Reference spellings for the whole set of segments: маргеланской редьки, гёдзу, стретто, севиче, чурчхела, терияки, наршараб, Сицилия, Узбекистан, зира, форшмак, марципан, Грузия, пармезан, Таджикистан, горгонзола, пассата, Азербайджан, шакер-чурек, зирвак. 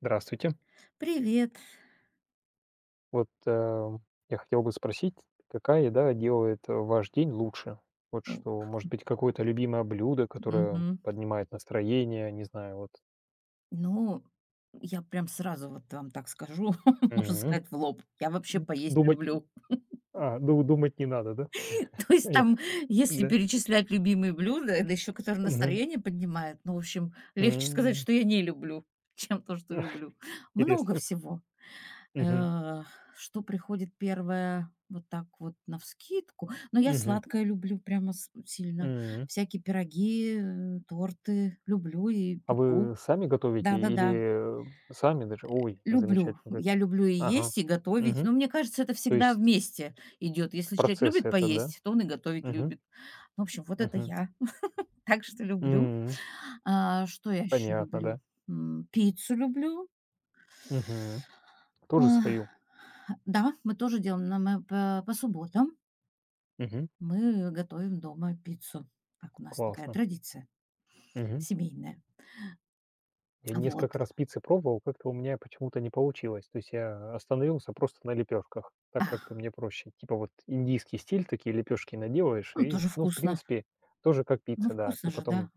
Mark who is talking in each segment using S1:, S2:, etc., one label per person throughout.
S1: Здравствуйте.
S2: Привет.
S1: Вот, э, я хотел бы спросить, какая еда делает, ваш день лучше? Вот
S2: Ну,
S1: что, может быть, какое-то любимое блюдо, которое
S2: мгм.
S1: поднимает настроение, не знаю, вот.
S2: Ну, я прям сразу вот вам так скажу, можно
S1: Мгм.
S2: сказать, в лоб. Я вообще
S1: Д
S2: поесть
S1: думать
S2: люблю.
S1: а, ду Думать не надо, да?
S2: То есть
S1: Я
S2: там, если
S1: Да.
S2: перечислять любимые блюда, это еще которые
S1: Мгм.
S2: настроение поднимают, ну, в общем, легче сказать,
S1: М.
S2: что я не люблю, чем то, что люблю. Много
S1: Интересно.
S2: всего.
S1: Мгм.
S2: Э, Что приходит первое вот так вот навскидку. Но я
S1: Мгм.
S2: сладкое люблю прямо сильно.
S1: М.
S2: Всякие пироги, торты люблю и
S1: А
S2: пеку.
S1: вы сами готовите,
S2: Да-да-да.
S1: или сами даже? Ой,
S2: Люблю.
S1: замечательно как.
S2: Я люблю и
S1: Ага.
S2: есть, и готовить.
S1: Мгм.
S2: Но мне кажется, это
S1: То
S2: всегда
S1: есть
S2: вместе идет. Если человек
S1: процесс
S2: любит
S1: это, да?
S2: поесть, то он и готовить
S1: Мгм.
S2: любит. Ну, в общем, вот это
S1: Мгм.
S2: я. Так что люблю. А, что я еще
S1: Понятно, да.
S2: люблю? Пиццу люблю.
S1: Мгм.
S2: А,
S1: Тоже свою.
S2: да, мы тоже делаем на мы по субботам.
S1: Мгм.
S2: Мы готовим дома пиццу. Так у нас такая
S1: Классно.
S2: традиция
S1: Мгм.
S2: семейная.
S1: Я
S2: Вот.
S1: несколько раз пиццы пробовал, как-то у меня почему-то не получилось. То есть я остановился просто на лепешках, так
S2: А,
S1: как-то мне проще. Типа вот индийский стиль, такие лепешки наделаешь,
S2: ну,
S1: и,
S2: тоже
S1: ну, в
S2: вкусно.
S1: принципе, тоже как
S2: Ну,
S1: пицца, да.
S2: вкусно
S1: Ты
S2: же,
S1: потом
S2: да.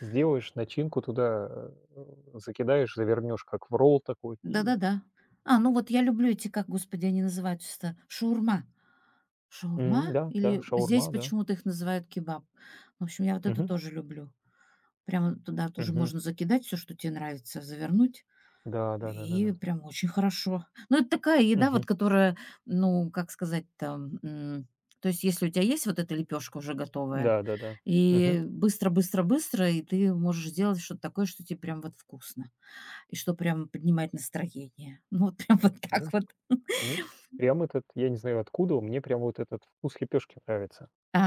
S1: сделаешь начинку туда, закидаешь, завернешь как в ролл такой. И...
S2: Да-да-да. А, ну вот я люблю эти, как, господи, они называются-то, шаурма. Шаурма
S1: М, да, да,
S2: или здесь
S1: шаурма, да.
S2: почему-то их называют кебаб. В общем, я вот это
S1: Мгм.
S2: тоже люблю. Прямо туда тоже
S1: Мгм.
S2: можно закидать все, что тебе нравится, завернуть,
S1: Да, да, да, да,
S2: и
S1: да.
S2: прям очень хорошо. Ну, это такая еда,
S1: Мгм.
S2: вот которая, ну, как сказать-то, то есть если у тебя есть вот эта лепешка уже готовая,
S1: Да, да, да. Мгм.
S2: и быстро быстро быстро, и ты можешь сделать что-то такое, что тебе прям вот вкусно. И что прям поднимает настроение. Ну, вот прям вот так
S1: Мне
S2: вот.
S1: Мне прям этот, я не знаю откуда, мне прям вот этот вкус лепешки нравится.
S2: А,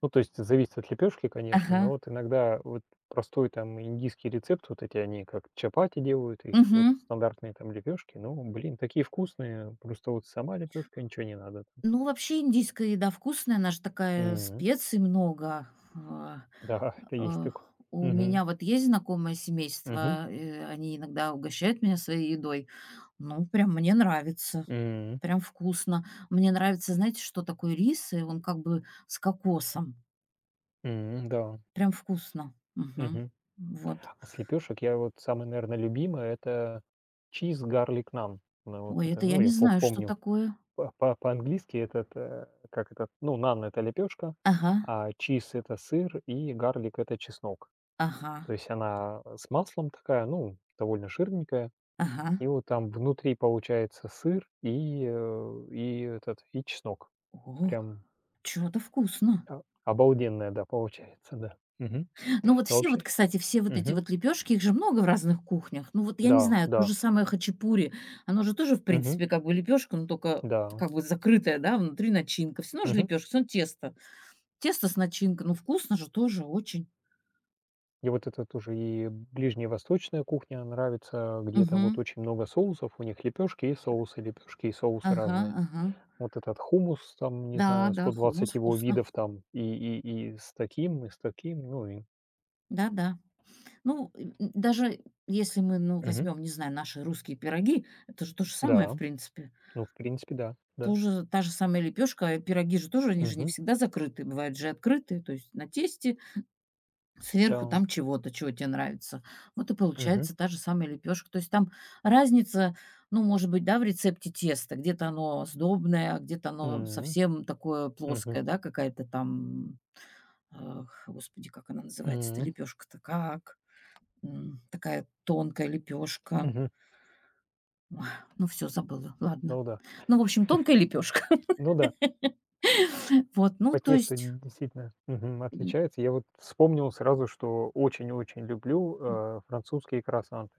S1: Ну, то есть зависит от лепешки, конечно, но
S2: ага.
S1: вот иногда вот простой там индийский рецепт, вот эти они как чапати делают, их вот
S2: Мгм.
S1: стандартные там лепешки, ну, блин, такие вкусные, просто вот сама лепешка, ничего не надо там.
S2: Ну, вообще индийская еда вкусная, она же такая, специй много. А,
S1: Да, это есть
S2: э,
S1: такое.
S2: у
S1: Мгм.
S2: меня вот есть знакомое
S1: Мгм.
S2: семейство, они иногда угощают меня своей едой. Ну, прям мне нравится.
S1: М,
S2: Прям вкусно. Мне нравится, знаете, что такое рис, и он как бы с кокосом.
S1: м, да.
S2: Прям вкусно. Мгм.
S1: Мгм.
S2: Вот.
S1: А с лепешек я вот самый, наверное, любимый это чиз гарлик нам. Ну, вот
S2: Ой,
S1: это,
S2: это я
S1: ну,
S2: не знаю, что
S1: помню.
S2: такое.
S1: По По-английски этот, как этот, ну, нан- это лепешка,
S2: Ага,
S1: а чиз- это сыр, и гарлик- это чеснок.
S2: ага.
S1: То есть она с маслом такая, ну, довольно жирненькая.
S2: Ага.
S1: И вот там внутри получается сыр, и, и чеснок.
S2: О,
S1: Прям
S2: чё-то вкусно.
S1: о Обалденная, да, получается, да. Мгм.
S2: Ну, вот
S1: Но
S2: все вот,
S1: вообще
S2: кстати, все вот эти
S1: мгм.
S2: вот лепешки их же много в разных кухнях. Ну, вот я не
S1: Да,
S2: знаю, то
S1: да.
S2: же самое хачапури, оно же тоже, в
S1: Мгм.
S2: принципе, как бы лепешка, но только
S1: Да.
S2: как бы закрытая, да, внутри начинка. Все равно же
S1: Мгм.
S2: лепешка всё равно тесто. Тесто с начинкой, ну, вкусно же тоже очень.
S1: Мне вот это тоже и ближневосточная кухня нравится, где там вот
S2: Мгм.
S1: очень много соусов, у них лепешки и соусы
S2: Ага,
S1: разные.
S2: ага.
S1: Вот этот хумус, там, не
S2: Да,
S1: знаю,
S2: да,
S1: сто
S2: хумус
S1: двадцать его
S2: вкусно.
S1: видов там, и с таким, и с таким, ну и
S2: Да-да. Ну, даже если мы, ну,
S1: мгм.
S2: возьмем, не знаю, наши русские пироги, это же то же самое, в
S1: Да,
S2: принципе.
S1: ну, в принципе, да, да.
S2: Тоже та же самая лепешка, пироги же тоже, они же не
S1: Мгм.
S2: всегда закрытые, бывают же открытые, то есть на тесте, сверху
S1: Да.
S2: там чего-то, чего тебе нравится. Вот и
S1: Мгм.
S2: получается та же самая лепешка. То есть там разница, ну, может быть, да, в рецепте теста. Где-то оно сдобное, а где-то оно
S1: М.
S2: совсем такое
S1: Мгм.
S2: плоское, да, какая-то там, ах, господи, как она называется-то,
S1: М.
S2: лепешка-то как? Такая тонкая лепешка.
S1: Мгм.
S2: Ой, ну, все забыла, ладно.
S1: Ну да.
S2: Ну, в общем, тонкая лепешка.
S1: Ну да,
S2: Вот, ну,
S1: по
S2: то
S1: тесту
S2: есть.
S1: действительно, мгм, отличается. Я вот вспомнил сразу, что очень-очень люблю, французские круассаны.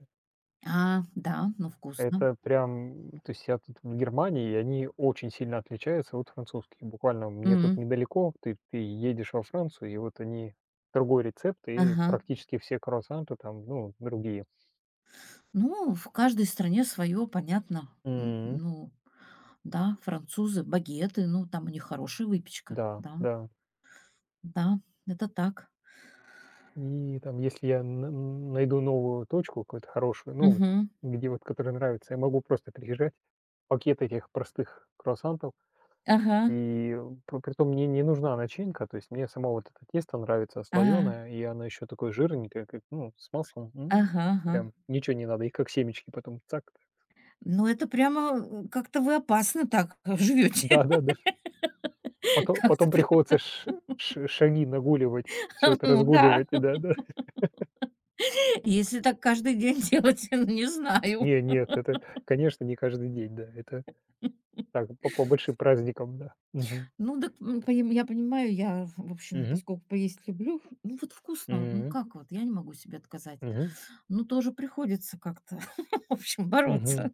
S2: А, да, ну вкусно.
S1: Это прям, то есть я тут в Германии, и они очень сильно отличаются от французских. Буквально мне тут
S2: М.
S1: недалеко, ты едешь во Францию, и вот они другой рецепт, и
S2: Ага.
S1: практически все круассанты там, ну, другие.
S2: Ну, в каждой стране свое, понятно. М,
S1: М.
S2: ну да, французы — багеты, ну, там у них хорошая выпечка.
S1: Да,
S2: Да,
S1: да.
S2: да, это так.
S1: И там, если я найду новую точку какую-то хорошую, ну, вот,
S2: Мгм.
S1: где вот, которая нравится, я могу просто приезжать, пакет этих простых круассантов.
S2: Ага.
S1: И п Притом мне не нужна начинка, то есть мне само вот это тесто нравится
S2: А.
S1: слоеное, и оно еще такое жирненькое, как, ну, с маслом, м,
S2: Ага, ага.
S1: прям ничего не надо, и как семечки потом цак.
S2: Ну, это прямо, как-то вы опасно так живете.
S1: Да-да-да. Потом
S2: Как-то
S1: потом приходится
S2: прям,
S1: ш ш шаги нагуливать, все это
S2: ну да.
S1: разгуливать, да-да.
S2: Если так каждый день делать, ну, не знаю.
S1: Не, нет, это, конечно, не каждый день, да, это так, по большим праздникам, да. Мгм.
S2: Ну так поним я понимаю, я, в общем,
S1: Мгм.
S2: поскольку поесть люблю, ну вот вкусно, ну
S1: Мгм.
S2: как вот, я не могу себе отказать.
S1: Мгм.
S2: Ну тоже приходится как-то, в общем,
S1: Мгм.
S2: бороться.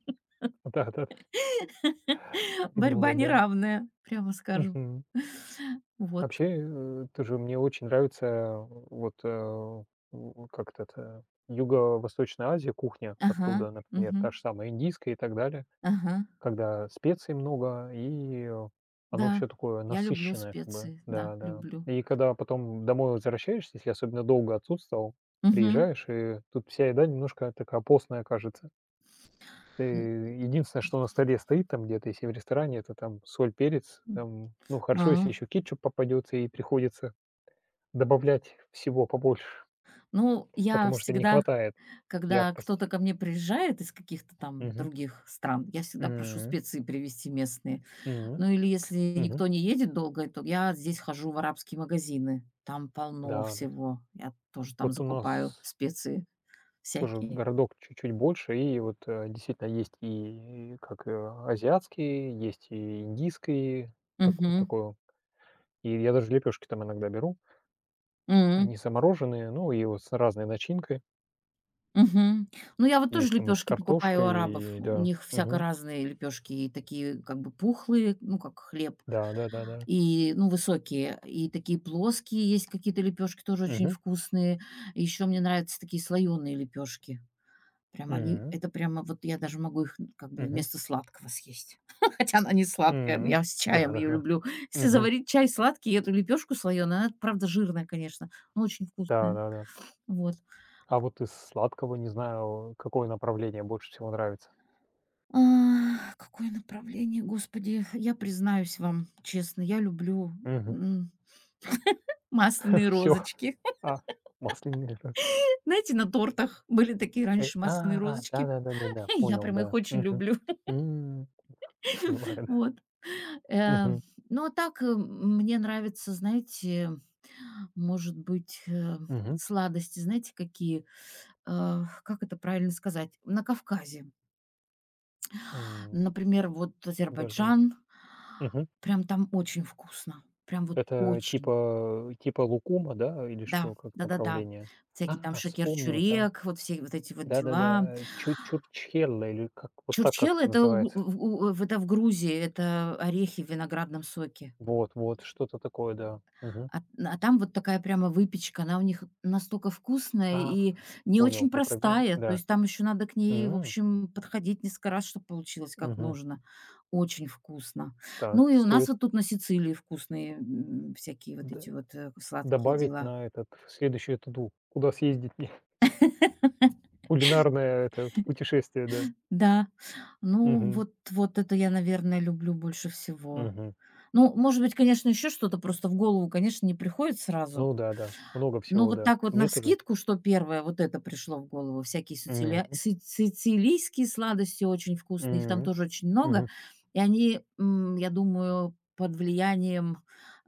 S1: Да-да,
S2: Борьба
S1: придумывать, да.
S2: неравная, прямо скажем.
S1: Мгм.
S2: Вот.
S1: Вообще, тоже мне очень нравится, э, вот, э, у как то это, Юго-Восточная Азия, кухня
S2: Ага,
S1: оттуда, например,
S2: мгм,
S1: та же самая индийская и так далее,
S2: ага.
S1: когда специй много, оно
S2: Да,
S1: все такое
S2: я люблю
S1: насыщенное как бы.
S2: специи, да,
S1: Да, да.
S2: люблю.
S1: И когда потом домой возвращаешься, если особенно долго отсутствовал,
S2: Мгм.
S1: приезжаешь, и тут вся еда немножко такая постная кажется. Ты
S2: М,
S1: единственное, что на столе стоит там где-то, если в ресторане, это там соль, перец,
S2: м.
S1: там, ну,
S2: А.
S1: хорошо, если еще кетчуп попадется, и приходится добавлять всего побольше,
S2: Ну, я
S1: потому что не
S2: всегда.
S1: хватает
S2: Когда
S1: яркости.
S2: кто-то ко мне приезжает из каких-то там
S1: Мгм.
S2: других стран, я всегда прошу
S1: М,
S2: специи привезти местные.
S1: мгм,
S2: Ну или если
S1: мгм.
S2: никто не едет долго, то я здесь хожу в арабские магазины. Там полно
S1: Да, да.
S2: всего. Я тоже там
S1: Вот у нас
S2: закупаю специи
S1: тоже
S2: всякие.
S1: городок чуть-чуть больше, и вот, действительно есть и как, азиатские, есть и индийские, как вот
S2: Мгм.
S1: такое. И я даже лепешки там иногда беру.
S2: М.
S1: Они замороженные, ну, и вот с разной начинкой.
S2: Мгм. Ну, я вот тоже
S1: Есть там и с
S2: лепешки покупаю у арабов.
S1: картошкой, и
S2: У
S1: да.
S2: них всяко
S1: Мгм.
S2: разные лепешки, и такие как бы пухлые, ну, как хлеб,
S1: Да-да-да-да.
S2: и, ну, высокие, и такие плоские есть какие-то лепешки, тоже очень
S1: Мгм.
S2: вкусные. Еще мне нравятся такие слоеные лепешки. Прям они,
S1: М,
S2: это прямо вот я даже могу их как бы
S1: мгм,
S2: вместо сладкого съесть. Хотя она не сладкая, но
S1: м.
S2: я с чаем ее
S1: Да-да-да.
S2: люблю. Если
S1: Мгм.
S2: заварить чай сладкий, и эту лепешку слоеную, она, правда, жирная, конечно, но очень
S1: Да,
S2: вкусная.
S1: да-да.
S2: Вот.
S1: А вот из сладкого не знаю, какое направление больше всего нравится?
S2: А, какое направление, господи, я признаюсь вам честно, я люблю
S1: Мгм.
S2: м, масляные
S1: Всё.
S2: розочки.
S1: А, масляный рис.
S2: Знаете, на тортах были такие раньше масляные розочки.
S1: Да-да-да-да-да,
S2: Я
S1: понял,
S2: прям
S1: да.
S2: их очень
S1: Мгм.
S2: люблю.
S1: М. Понимаю, да.
S2: Вот. Э,
S1: Мгм.
S2: ну, а так, мне нравятся, знаете, может быть,
S1: Мгм.
S2: сладости, знаете, какие? Как это правильно сказать? На Кавказе.
S1: М.
S2: Например, вот
S1: Даже
S2: Азербайджан.
S1: мгм.
S2: Прям там очень вкусно. Прям вот
S1: Это
S2: очень.
S1: типа лукума, да, или что,
S2: Да,
S1: как
S2: да-да-да.
S1: направление?
S2: Всякий там
S1: А, вспомнил, там,
S2: шакер-чурек, вот все вот эти вот дела.
S1: да-да-да, чу чурчхелле или как вот так
S2: Чурчхела —
S1: как-то
S2: это
S1: называется.
S2: в Грузии, это орехи в виноградном соке.
S1: Вот вот, что-то такое, да.
S2: А там вот такая прямо выпечка, она у них настолько вкусная
S1: А,
S2: и не
S1: понял,
S2: очень
S1: вы
S2: простая. То
S1: да.
S2: есть там еще надо к ней, в
S1: М,
S2: общем, подходить несколько раз, чтобы получилось как
S1: мгм.
S2: нужно. Очень вкусно.
S1: Так,
S2: Ну и у нас
S1: стоит
S2: вот тут на Сицилии вкусные, всякие вот
S1: д
S2: эти вот, сладкие
S1: добавить
S2: дела.
S1: на этот, в следующую to куда съездить мне? Кулинарное это путешествие, да.
S2: Да, ну
S1: Мгм,
S2: вот вот это я, наверное, люблю больше всего.
S1: мгм.
S2: Ну, может быть, конечно, еще что-то просто в голову, конечно, не приходит сразу.
S1: Ну да, да, много
S2: Ну,
S1: всего,
S2: вот
S1: да.
S2: так вот
S1: Мне тоже.
S2: навскидку, что первое, вот это пришло в голову. Всякие сицилия
S1: М,
S2: си сицилийские сладости очень вкусные, их там
S1: м,
S2: тоже очень много.
S1: мгм,
S2: И они, я думаю, под влиянием,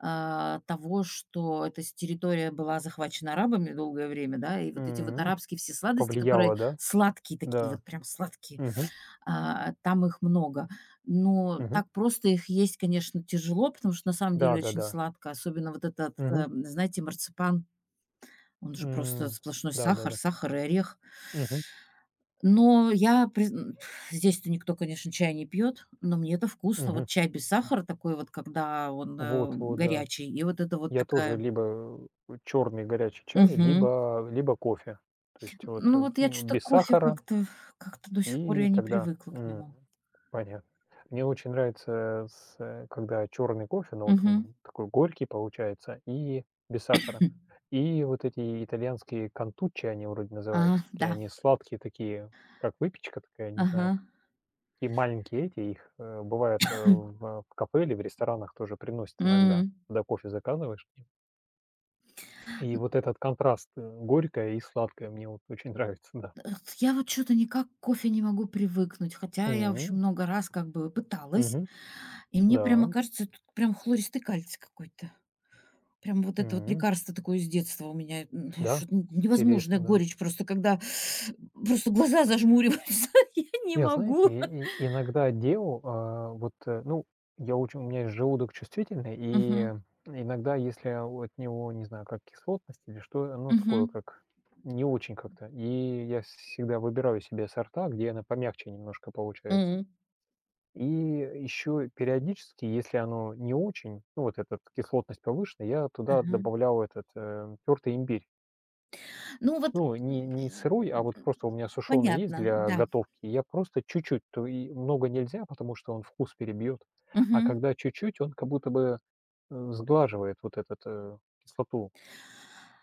S2: того, что эта с территория была захвачена арабами долгое время, да, и вот эти вот
S1: м.
S2: арабские все сладости,
S1: Повлияло,
S2: которые
S1: да?
S2: сладкие такие,
S1: Да.
S2: вот прям сладкие,
S1: Мгм,
S2: там их много. Но
S1: мгм.
S2: так просто их есть, конечно, тяжело, потому что на самом деле очень
S1: Да-да-да.
S2: сладко, особенно вот этот,
S1: Мгм,
S2: знаете, марципан, он же просто
S1: м.
S2: сплошной сахар,
S1: Да-да-да.
S2: сахар и орех.
S1: Мгм,
S2: Но я призн здесь-то никто, конечно, чай не пьет, но мне это вкусно.
S1: мгм.
S2: Вот чай без сахара такой вот, когда он,
S1: Вот, вот, да.
S2: горячий, и вот это вот
S1: Я тоже
S2: такая.
S1: либо черный горячий чай,
S2: Мгм.
S1: либо кофе. То есть вот,
S2: Ну, вот я что то
S1: без
S2: кофе
S1: сахара,
S2: как-то до сих пор
S1: и
S2: я не
S1: тогда
S2: привыкла к
S1: м,
S2: нему.
S1: понятно. Мне очень нравится когда черный кофе, но вот
S2: Мгм.
S1: он такой горький получается и без сахара. И вот эти итальянские контучи, они вроде называются,
S2: А,
S1: такие
S2: да.
S1: они сладкие такие, как выпечка такая, не
S2: Ага.
S1: знаю, такие маленькие эти, их, э, бывает, э, в кафе или в ресторанах тоже приносят иногда,
S2: М.
S1: когда кофе заказываешь. И вот этот контраст, горькое и сладкое мне вот очень нравится, да.
S2: Э, я вот что то никак к кофе не могу привыкнуть, хотя я, в общем,
S1: М,
S2: много раз как бы пыталась,
S1: мгм,
S2: и мне прямо
S1: да,
S2: кажется, тут прям хлористый кальций какой-то. Прям вот это вот
S1: м,
S2: лекарство такое с детства у меня, ну,
S1: да,
S2: что-то н невозможная
S1: интересно, да.
S2: горечь просто, когда просто глаза зажмуриваются. Я не
S1: Я,
S2: могу.
S1: знаете, иногда делал, я очень у меня есть желудок чувствительный,
S2: Мгм.
S1: и иногда, если от него, не знаю, как кислотность или что, ну, такое
S2: Мгм.
S1: как не очень как-то, и я всегда выбираю себе сорта, где она помягче немножко получается.
S2: М.
S1: И еще периодически, если оно не очень, ну, вот эта кислотность повышенная, я туда
S2: Ага.
S1: добавлял этот, тертый имбирь.
S2: Ну вот,
S1: Ну, не
S2: м,
S1: сырой, а вот просто у меня сушеный есть
S2: понятно,
S1: для
S2: да.
S1: готовки. Я просто чуть-чуть, то и много нельзя, потому что он вкус перебьет. А
S2: Мгм.
S1: когда чуть-чуть, он как будто бы сглаживает вот этот, кислоту.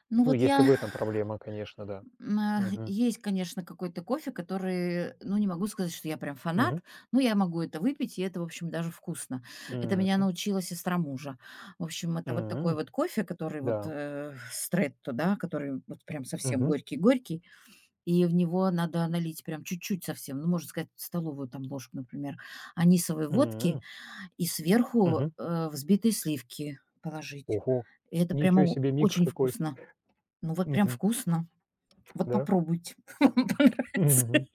S2: Ну
S1: Ну,
S2: вот
S1: если в
S2: я.
S1: этом проблема, конечно, да.
S2: М, а,
S1: Мгм.
S2: есть, конечно, какой-то кофе, который, ну, не могу сказать, что я прям
S1: Мгм.
S2: фанат, но я могу это выпить, и это, в общем, даже вкусно. Это меня
S1: М.
S2: научила сестра мужа. В общем, это вот такой
S1: М.
S2: вот кофе, который вот
S1: Да.
S2: стретто, да, который вот прям совсем
S1: Мгм.
S2: горький-горький, и в него надо налить прям чуть-чуть совсем, ну, можно сказать, столовую там ложку, например, анисовой
S1: М.
S2: водки и сверху
S1: Мгм.
S2: взбитые сливки положить.
S1: Ого,
S2: И это прямо
S1: ничего себе микс
S2: очень
S1: какой!
S2: вкусно. Ну, вот прям
S1: Мгм.
S2: вкусно. Вот
S1: Да.
S2: попробуйте, вам понравится.
S1: Мгм.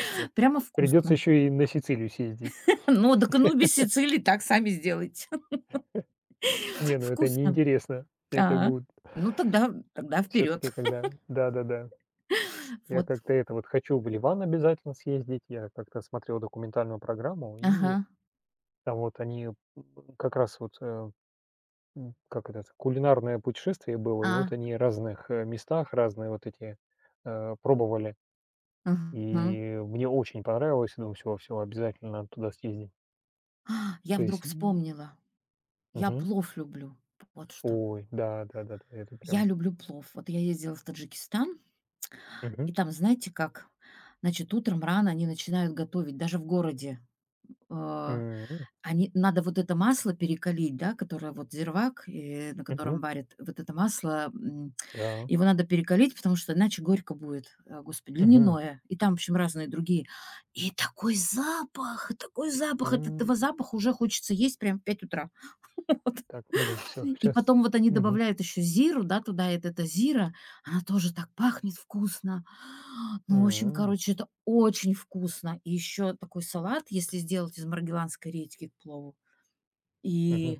S1: Всё.
S2: Прямо
S1: Придется
S2: вкусно.
S1: еще и на Сицилию съездить.
S2: Ну, дак, ну, без Сицилии так сами сделайте.
S1: Не, ну это
S2: Вкусно.
S1: неинтересно. Это
S2: А,
S1: будет
S2: ну, тогда
S1: все
S2: вперед.
S1: таки когда да-да-да. Я
S2: Вот.
S1: как-то это вот хочу в Ливан обязательно съездить. Я как-то смотрел документальную программу,
S2: Ага.
S1: и там вот они м, как раз вот, э, м, как это, кулинарное путешествие было, и вот
S2: А,
S1: они в разных, местах разные вот эти, пробовали.
S2: мгм.
S1: И мне очень понравилось. Я думаю: «Все, все обязательно надо туда съездить».
S2: А, я
S1: То
S2: вдруг
S1: есть, м,
S2: вспомнила. Я
S1: мгм.
S2: плов люблю. Вот что.
S1: Ой, да, да-да-да, это
S2: Я
S1: прям.
S2: люблю плов. Вот я ездила в Таджикистан,
S1: Мгм.
S2: и там, знаете как, значит, утром рано они начинают готовить даже в городе, э,
S1: М,
S2: Они надо вот это масло перекалить, да, которое вот зирвак, на
S1: мгм.
S2: котором варят, вот это масло,
S1: Да.
S2: его надо перекалить, потому что иначе горько будет. А, господи,
S1: Мгм.
S2: льняное. И там, в общем, разные другие. И такой запах, такой запах. От
S1: М.
S2: этого запаха уже хочется есть прям в 5 утра.
S1: Так, блин, все,
S2: И
S1: сейчас.
S2: потом вот они
S1: Мгм.
S2: добавляют еще зиру, да, туда. Эта зира, она тоже так пахнет вкусно. Ну, в общем,
S1: М,
S2: короче, это очень вкусно. И еще такой салат, если сделать из маргеланской редьки к плову.
S1: мгм.
S2: И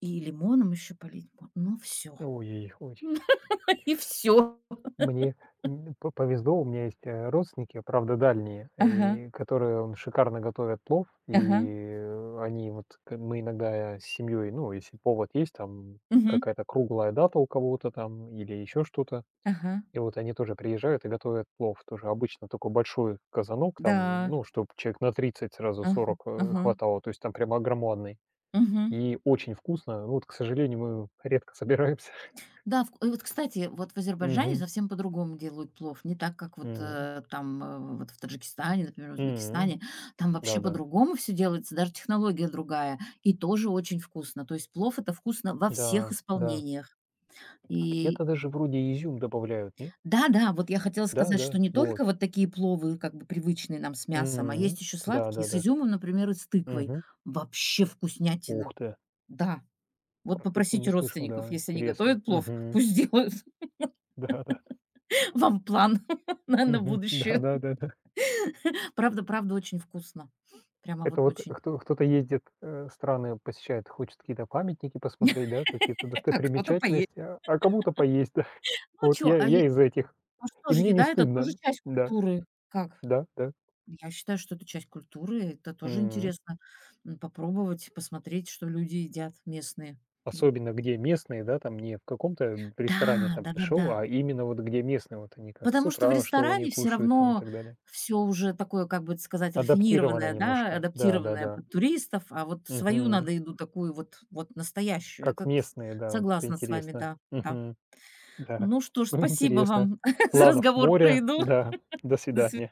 S2: И лимоном еще полить мо ну, всё.
S1: Ой-ой,
S2: И все.
S1: мне, м, по повезло, у меня есть, родственники, правда, дальние,
S2: Ага,
S1: и которые, шикарно готовят плов,
S2: ага,
S1: они вот к мы иногда с семьей, ну, если повод есть, там
S2: мгм,
S1: какая-то круглая дата у кого-то там или еще что-то.
S2: ага,
S1: И вот они тоже приезжают и готовят плов. Тоже обычно такой большой казанок, там,
S2: да,
S1: ну, чтобы человек на 30, сразу
S2: ага,
S1: 40,
S2: ага,
S1: хватало. То есть там прямо громадный.
S2: мгм.
S1: И очень вкусно. Ну вот, к сожалению, мы редко собираемся.
S2: Да, вк и вот, кстати, вот в Азербайджане
S1: Мгм.
S2: совсем по-другому делают плов. Не так, как вот,
S1: М.
S2: там, вот в Таджикистане, например, в
S1: М.
S2: Узбекистане. Там вообще
S1: Да-да.
S2: по-другому все делается, даже технология другая. И тоже очень вкусно. То есть плов — это вкусно во всех
S1: Да, да.
S2: исполнениях.
S1: А
S2: И
S1: где-то даже вроде изюм добавляют, не?
S2: Да-да, вот я хотела сказать, что
S1: Да-да,
S2: не только
S1: вот.
S2: вот такие пловы, как бы привычные нам с мясом, а
S1: М.
S2: есть еще сладкие с
S1: Да-да-да.
S2: изюмом, например, и с тыквой.
S1: Мгм.
S2: Вообще
S1: Ух
S2: вкуснятина.
S1: ты!
S2: Да, вот
S1: Про тыкву не
S2: попросите
S1: слышал,
S2: родственников,
S1: да,
S2: если они
S1: интересно.
S2: готовят плов,
S1: Мгм.
S2: пусть делают
S1: Да-да.
S2: вам план на
S1: Мгм.
S2: будущее.
S1: Да-да-да-да.
S2: Правда правда очень вкусно. Прямо вот
S1: Это вот
S2: очень.
S1: кто-то ездит, страны посещает, хочет какие-то памятники посмотреть, да, какие-то
S2: А кто-то поедет?
S1: достопримечательности, а кому-то поесть, да.
S2: Ну
S1: Вот
S2: что,
S1: я
S2: а е
S1: я из этих.
S2: а что
S1: И
S2: же,
S1: мне не
S2: еда — это тоже
S1: стыдно.
S2: часть
S1: Да,
S2: культуры. Как?
S1: да, да.
S2: Я считаю, что это часть культуры. Это тоже
S1: Мгм.
S2: интересно, попробовать, посмотреть, что люди едят местные. З
S1: Особенно где местные, да, там не в каком-то ресторане
S2: Да,
S1: там пришел,
S2: да-да-да.
S1: а именно вот где местные, вот они как с
S2: Потому что в
S1: утра, что они
S2: ресторане все
S1: кушают там и
S2: равно
S1: так далее.
S2: все уже такое, как бы это сказать,
S1: Адаптировано
S2: рафинированное, да,
S1: немножко.
S2: адаптированное
S1: Да-да-да.
S2: под туристов, а вот свою
S1: Мгм.
S2: надо еду такую вот настоящую.
S1: Как
S2: Это с
S1: местные, да, вот это
S2: согласна с вами,
S1: интересно.
S2: да, да.
S1: Мгм. Да.
S2: Ну что ж,
S1: Ну,
S2: спасибо
S1: интересно.
S2: вам за
S1: Планов
S2: разговор про
S1: море.
S2: еду.
S1: Да. До
S2: До сви
S1: свидания.